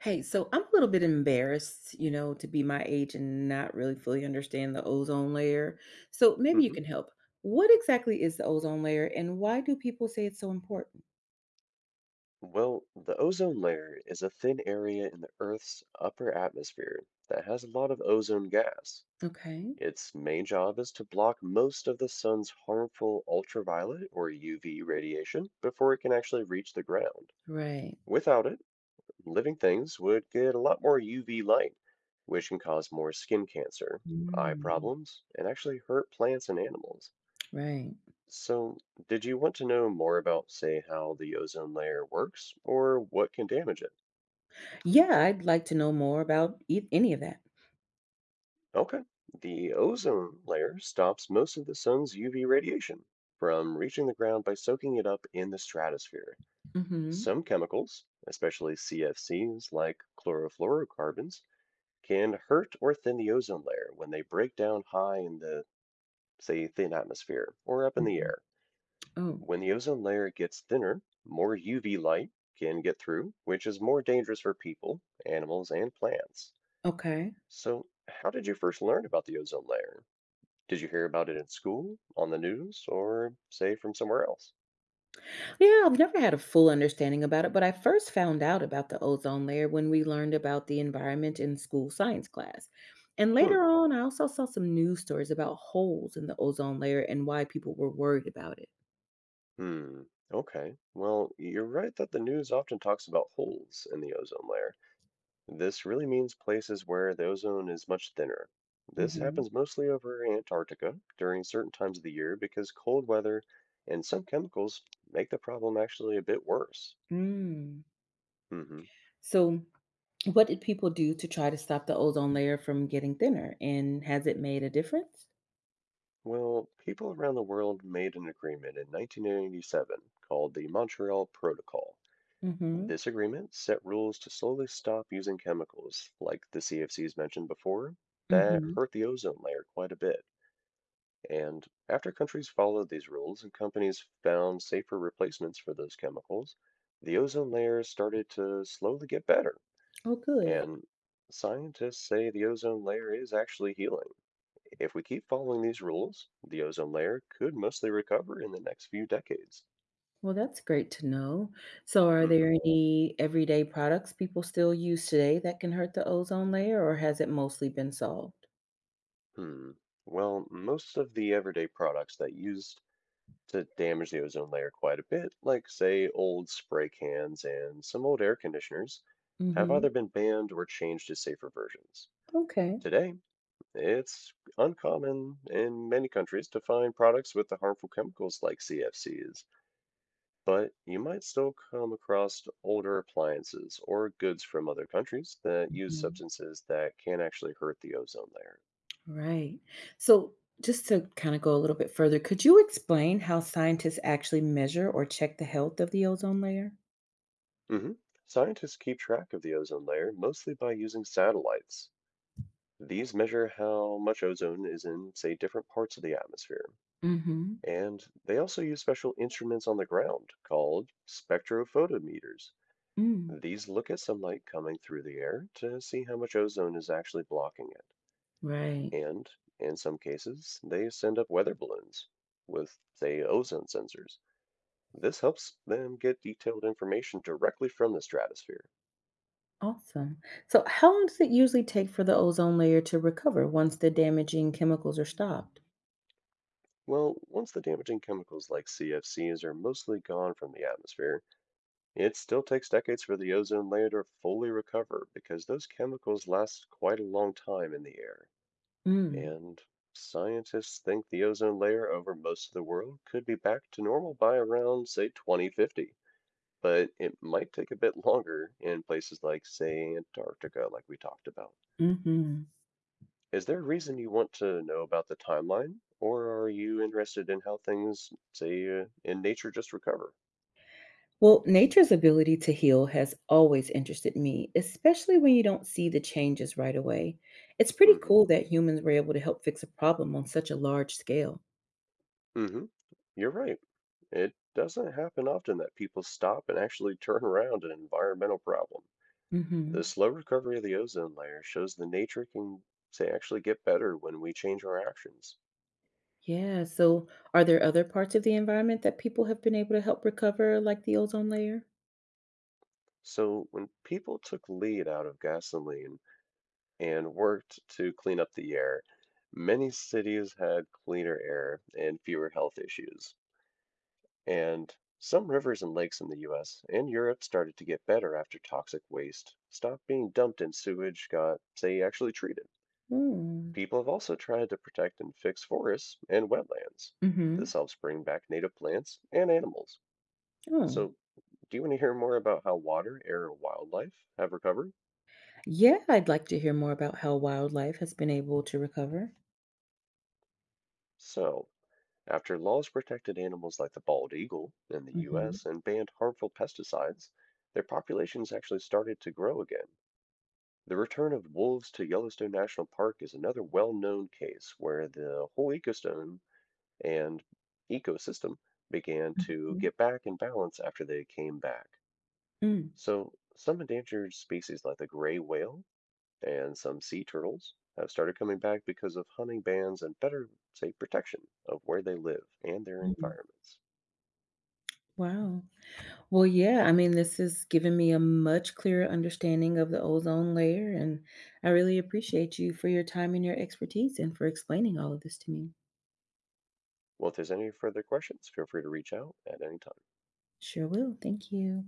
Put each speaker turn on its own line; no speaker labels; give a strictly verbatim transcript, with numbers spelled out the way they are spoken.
Hey, so I'm a little bit embarrassed, you know, to be my age and not really fully understand the ozone layer. So maybe you
hmm
can help. What exactly is the ozone layer and why do people say it's so important?
Well, the ozone layer is a thin area in the Earth's upper atmosphere that has a lot of ozone gas.
Okay,
Its main job is to block most of the sun's harmful ultraviolet or U V radiation before it can actually reach the ground.
right.
Without it, living things would get a lot more U V light, which can cause more skin cancer, eye
Mm,
problems, and actually hurt plants and animals.
right.
So, did you want to know more about, say, how the ozone layer works or what can damage it?
Yeah, I'd like to know more about e- any of that.
Okay. The ozone layer stops most of the sun's U V radiation from reaching the ground by soaking it up in the stratosphere.
Mm-hmm.
Some chemicals, especially C F Cs like chlorofluorocarbons, can hurt or thin the ozone layer when they break down high in the, say, thin atmosphere or up in the
Hmm.
air.
Oh,
When the ozone layer gets thinner, more U V light can get through, which is more dangerous for people, animals, and plants.
okay.
So, how did you first learn about the ozone layer? Did you hear about it in school, on the news, or say from somewhere else?
Yeah, I've never had a full understanding about it, but I first found out about the ozone layer when we learned about the environment in school science class. And
Hmm.
later on, I also saw some news stories about holes in the ozone layer and why people were worried about it.
Hmm. Okay. Well, you're right that the news often talks about holes in the ozone layer. This really means places where the ozone is much thinner. This
Hmm.
happens mostly over Antarctica during certain times of the year because cold weather and some chemicals make the problem actually a bit worse.
Mm.
hmm
So, what did people do to try to stop the ozone layer from getting thinner? And has it made a difference?
Well, people around the world made an agreement in nineteen eighty-seven called the Montreal Protocol.
Mm-hmm.
This agreement set rules to slowly stop using chemicals, like the C F Cs mentioned before, that
Mm-hmm.
hurt the ozone layer quite a bit. And after countries followed these rules and companies found safer replacements for those chemicals, the ozone layer started to slowly get better.
Oh, good.
And scientists say the ozone layer is actually healing. If we keep following these rules, the ozone layer could mostly recover in the next few decades.
Well, that's great to know. So, are there
hmm
any everyday products people still use today that can hurt the ozone layer, or has it mostly been solved?
Hmm. Well, most of the everyday products that used to damage the ozone layer quite a bit, like, say, old spray cans and some old air conditioners, have
Hmm.
either been banned or changed to safer versions.
Okay.
Today, it's uncommon in many countries to find products with the harmful chemicals like C F Cs, but you might still come across older appliances or goods from other countries that use
Mhm.
substances that can actually hurt the ozone layer.
Right. So, just to kind of go a little bit further, could you explain how scientists actually measure or check the health of the ozone layer?
hmm Scientists keep track of the ozone layer mostly by using satellites. These measure how much ozone is in, say, different parts of the atmosphere.
Hmm.
And they also use special instruments on the ground called spectrophotometers.
Mm.
These look at sunlight coming through the air to see how much ozone is actually blocking it.
Right.
And in some cases, they send up weather balloons with, say, ozone sensors. This helps them get detailed information directly from the stratosphere.
Awesome. So, how long does it usually take for the ozone layer to recover once the damaging chemicals are stopped?
Well, once the damaging chemicals like C F Cs are mostly gone from the atmosphere, it still takes decades for the ozone layer to fully recover because those chemicals last quite a long time in the air.
Mm.
And scientists think the ozone layer over most of the world could be back to normal by around, say, twenty fifty. But it might take a bit longer in places like, say, Antarctica, like we talked about.
Hmm.
Is there a reason you want to know about the timeline, or are you interested in how things, say, uh, in nature just recover?
Well, nature's ability to heal has always interested me, especially when you don't see the changes right away. It's pretty
hmm
cool that humans were able to help fix a problem on such a large scale.
hmm You're right. It doesn't happen often that people stop and actually turn around an environmental problem. The
Hmm.
slow recovery of the ozone layer shows the nature can, say, actually get better when we change our actions.
Yeah, so are there other parts of the environment that people have been able to help recover, like the ozone layer?
So when people took lead out of gasoline and worked to clean up the air, many cities had cleaner air and fewer health issues. And some rivers and lakes in the U S and Europe started to get better after toxic waste stopped being dumped in sewage got, say, actually treated. People have also tried to protect and fix forests and wetlands.
Mm-hmm.
This helps bring back native plants and animals.
Oh,
So, do you want to hear more about how water, air, and wildlife have recovered?
yeah, I'd like to hear more about how wildlife has been able to recover.
So, after laws protected animals like the bald eagle in the
Mm-hmm.
U S and banned harmful pesticides, their populations actually started to grow again. The return of wolves to Yellowstone National Park is another well-known case where the whole ecosystem and ecosystem began to
Mm-hmm.
get back in balance after they came back. So some endangered species like the gray whale and some sea turtles have started coming back because of hunting bans and better, say, protection of where they live and their
Mm-hmm.
environments.
Wow. Well, yeah, I mean, this has given me a much clearer understanding of the ozone layer, and I really appreciate you for your time and your expertise and for explaining all of this to me.
Well, if there's any further questions, feel free to reach out at any time.
Sure will. Thank you.